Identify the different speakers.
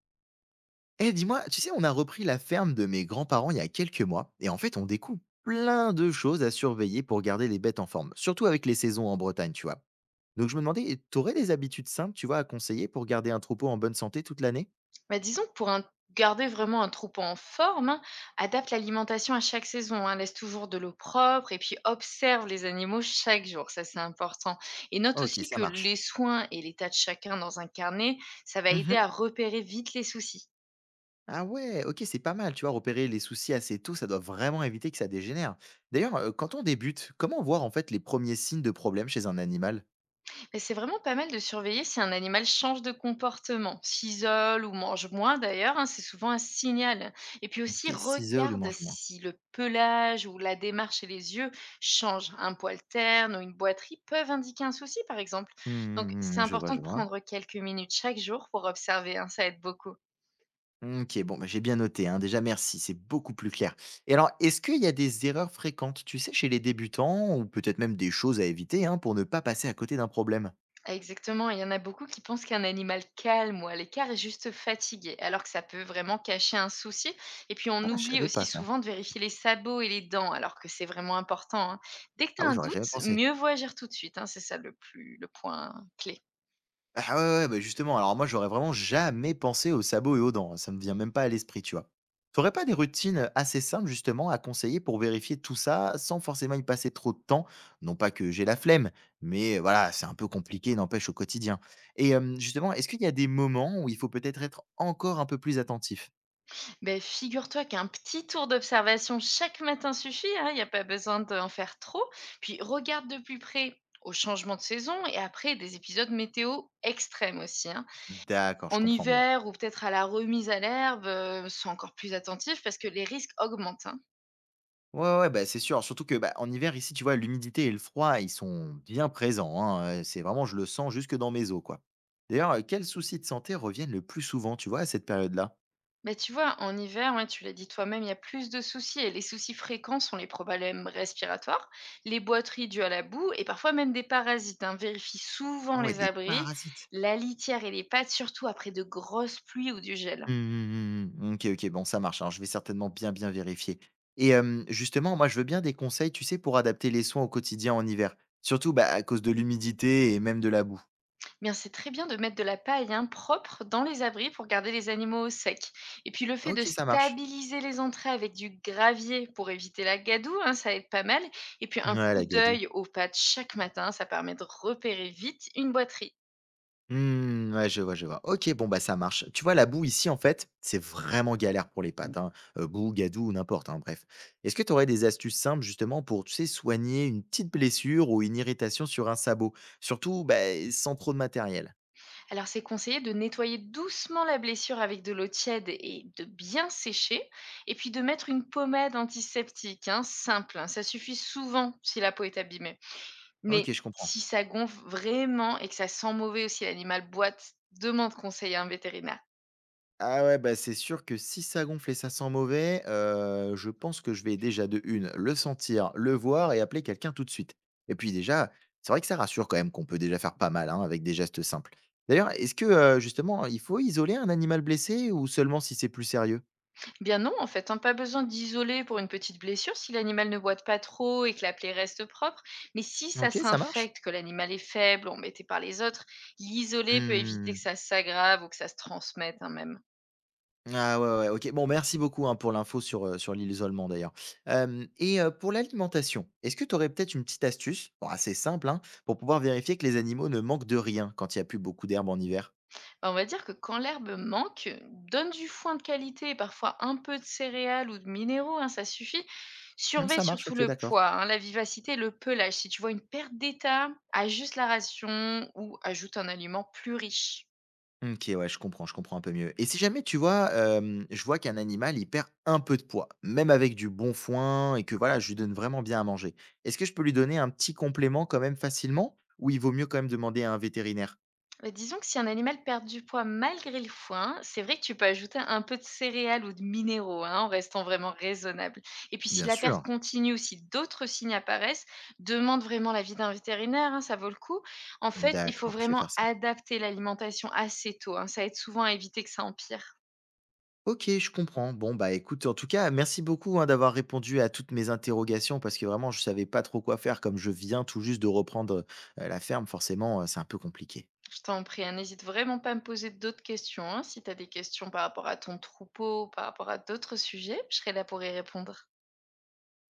Speaker 1: Eh, dis-moi, tu sais, on a repris la ferme de mes grands-parents il y a quelques mois, et en fait, on découvre plein de choses à surveiller pour garder les bêtes en forme, surtout avec les saisons en Bretagne, tu vois. Donc, je me demandais, et t'aurais des habitudes simples, tu vois, à conseiller pour garder un troupeau en bonne santé toute l'année.
Speaker 2: Bah, disons que garder vraiment un troupeau en forme, hein, adapte l'alimentation à chaque saison, hein, laisse toujours de l'eau propre et puis observe les animaux chaque jour, ça c'est important. Et note
Speaker 1: Ok,
Speaker 2: aussi
Speaker 1: ça
Speaker 2: que
Speaker 1: marche.
Speaker 2: les soins et l'état de chacun dans un carnet, ça va aider
Speaker 1: Mhm.
Speaker 2: à repérer vite les soucis.
Speaker 1: Ah ouais, ok, c'est pas mal, tu vois, repérer les soucis assez tôt, ça doit vraiment éviter que ça dégénère. D'ailleurs, quand on débute, comment voir en fait les premiers signes de problème chez un animal?
Speaker 2: Mais c'est vraiment pas mal de surveiller si un animal change de comportement, s'isole ou mange moins d'ailleurs, hein, c'est souvent un signal. Et puis
Speaker 1: Ok,
Speaker 2: aussi,
Speaker 1: s'isole ou
Speaker 2: regarde
Speaker 1: mange moins.
Speaker 2: si le pelage ou la démarche et les yeux changent. Un poil terne ou une boiterie peuvent indiquer un souci par exemple. Donc
Speaker 1: Hmm,
Speaker 2: c'est
Speaker 1: je vois,
Speaker 2: important
Speaker 1: je
Speaker 2: de
Speaker 1: vois.
Speaker 2: prendre quelques minutes chaque jour pour observer, hein, ça aide beaucoup.
Speaker 1: OK, bon, bah, j'ai bien noté, hein. Déjà, merci, c'est beaucoup plus clair. Et alors, est-ce qu'il y a des erreurs fréquentes, tu sais, chez les débutants ou peut-être même des choses à éviter, hein, pour ne pas passer à côté d'un problème?
Speaker 2: Exactement, il y en a beaucoup qui pensent qu'un animal calme ou à l'écart est juste fatigué, alors que ça peut vraiment cacher un souci. Et puis on
Speaker 1: Ah, je
Speaker 2: oublie
Speaker 1: savais pas
Speaker 2: aussi
Speaker 1: ça.
Speaker 2: souvent de vérifier les sabots et les dents, alors que c'est vraiment important, hein. Dès que tu
Speaker 1: Ah
Speaker 2: as
Speaker 1: oui,
Speaker 2: un
Speaker 1: j'aurais jamais
Speaker 2: doute,
Speaker 1: pensé.
Speaker 2: mieux vaut agir tout de suite, hein, c'est ça le point clé.
Speaker 1: Ah ouais, ouais, bah, justement, alors moi, j'aurais vraiment jamais pensé aux sabots et aux dents, hein, ça me vient même pas à l'esprit, tu vois. T'aurais pas des routines assez simples, justement, à conseiller pour vérifier tout ça sans forcément y passer trop de temps? Non pas que j'ai la flemme, mais voilà, c'est un peu compliqué, n'empêche, au quotidien. Et justement, est-ce qu'il y a des moments où il faut peut-être être encore un peu plus attentif?
Speaker 2: Ben, figure-toi qu'un petit tour d'observation chaque matin suffit, hein, il n'y a pas besoin d'en faire trop. Puis regarde de plus près au changement de saison et après des épisodes météo extrêmes aussi, hein.
Speaker 1: D'accord, je
Speaker 2: En
Speaker 1: comprends mieux, ouais.
Speaker 2: hiver ou peut-être à la remise à l'herbe, sois encore plus attentif parce que les risques augmentent, hein.
Speaker 1: Ouais, ouais, ouais, bah, c'est sûr. Surtout que, bah, en hiver, ici, tu vois, l'humidité et le froid, ils sont bien présents, hein, c'est vraiment je le sens jusque dans mes os, quoi. D'ailleurs, quels soucis de santé reviennent le plus souvent, tu vois, à cette période-là?
Speaker 2: Mais tu vois, en hiver, ouais, tu l'as dit toi-même, il y a plus de soucis et les soucis fréquents sont les problèmes respiratoires, les boiteries dues à la boue et parfois même des parasites, hein. Vérifie
Speaker 1: Ah
Speaker 2: souvent
Speaker 1: ouais,
Speaker 2: les
Speaker 1: des
Speaker 2: abris,
Speaker 1: parasites.
Speaker 2: la litière et les pattes, surtout après de grosses pluies ou du gel.
Speaker 1: Mmh mh, mmh mh. OK, OK, bon, ça marche, hein, je vais certainement bien, bien vérifier et justement, moi, je veux bien des conseils, tu sais, pour adapter les soins au quotidien en hiver. Surtout, bah, à cause de l'humidité et même de la boue.
Speaker 2: Eh bien, c'est très bien de mettre de la paille, hein, propre dans les abris pour garder les animaux au sec. Et puis le fait de
Speaker 1: OK, ça marche.
Speaker 2: stabiliser les entrées avec du gravier pour éviter la gadoue, hein, ça aide pas mal. Et puis un
Speaker 1: Ouais,
Speaker 2: coup
Speaker 1: la gadoue.
Speaker 2: d'œil aux pattes chaque matin, ça permet de repérer vite une boiterie.
Speaker 1: Mmh, ouais, je vois, je vois. OK, bon, bah, ça marche. Tu vois, la boue ici, en fait, c'est vraiment galère pour les pâtes, hein. Boue, gadoue ou n'importe, hein, bref. Est-ce que tu aurais des astuces simples, justement, pour, tu sais, soigner une petite blessure ou une irritation sur un sabot? Surtout, bah, sans trop de matériel.
Speaker 2: Alors c'est conseillé de nettoyer doucement la blessure avec de l'eau tiède et de bien sécher. Et puis de mettre une pommade antiseptique, hein, simple, hein, ça suffit souvent si la peau est abîmée.
Speaker 1: OK,
Speaker 2: Mais
Speaker 1: je comprends.
Speaker 2: si ça gonfle vraiment et que ça sent mauvais aussi, l'animal boite, demande conseil à un vétérinaire.
Speaker 1: Ah ouais, bah, c'est sûr que si ça gonfle et ça sent mauvais, je pense que je vais déjà de une le sentir, le voir et appeler quelqu'un tout de suite. Et puis déjà, c'est vrai que ça rassure quand même qu'on peut déjà faire pas mal, hein, avec des gestes simples. D'ailleurs, est-ce que, justement, il faut isoler un animal blessé ou seulement si c'est plus sérieux?
Speaker 2: Eh bien non, en fait, hein, pas besoin d'isoler pour une petite blessure si l'animal ne boite pas trop et que la plaie reste propre. Mais si ça
Speaker 1: OK, ça marche?
Speaker 2: s'infecte, que l'animal est faible, embêté par les autres, l'isoler peut éviter que
Speaker 1: Mmh.
Speaker 2: ça s'aggrave ou que ça se transmette, hein, même.
Speaker 1: Ah ouais, ouais, OK. Bon, merci beaucoup, hein, pour l'info sur, sur l'isolement d'ailleurs. Hem et pour l'alimentation, est-ce que tu aurais peut-être une petite astuce, bon assez simple, hein, pour pouvoir vérifier que les animaux ne manquent de rien quand il y a plus beaucoup d'herbe en hiver?
Speaker 2: Bah, on va dire que quand l'herbe manque, donne du foin de qualité et parfois un peu de céréales ou de minéraux, hein, ça suffit.
Speaker 1: Mmh,
Speaker 2: Surveille
Speaker 1: ça marche,
Speaker 2: surtout
Speaker 1: OK,
Speaker 2: le
Speaker 1: d'accord.
Speaker 2: poids, hein, la vivacité et le pelage. Si tu vois une perte d'état, ajuste la ration ou ajoute un aliment plus riche.
Speaker 1: OK, ouais, je comprends un peu mieux. Et si jamais tu vois, je vois qu'un animal, il perd un peu de poids, même avec du bon foin et que voilà, je lui donne vraiment bien à manger, est-ce que je peux lui donner un petit complément quand même facilement ou il vaut mieux quand même demander à un vétérinaire?
Speaker 2: Bah, disons que si un animal perd du poids malgré le foin, c'est vrai que tu peux ajouter un peu de céréales ou de minéraux, hein, en restant vraiment raisonnable. Et puis si
Speaker 1: Bien
Speaker 2: la perte
Speaker 1: sûr.
Speaker 2: continue ou si d'autres signes apparaissent, demande vraiment l'avis d'un vétérinaire, hein, ça vaut le coup. En fait, il faut
Speaker 1: D'accord, je vais
Speaker 2: vraiment
Speaker 1: faire ça.
Speaker 2: adapter l'alimentation assez tôt, hein, ça aide souvent à éviter que ça empire.
Speaker 1: OK, je comprends. Bon, bah, écoute, en tout cas, merci beaucoup, hein, d'avoir répondu à toutes mes interrogations parce que vraiment, je savais pas trop quoi faire. Comme je viens tout juste de reprendre, la ferme, forcément, c'est un peu compliqué.
Speaker 2: Je t'en prie, hein, n'hésite vraiment pas à me poser d'autres questions, hein, si tu as des questions par rapport à ton troupeau, par rapport à d'autres sujets, je serai là pour y répondre.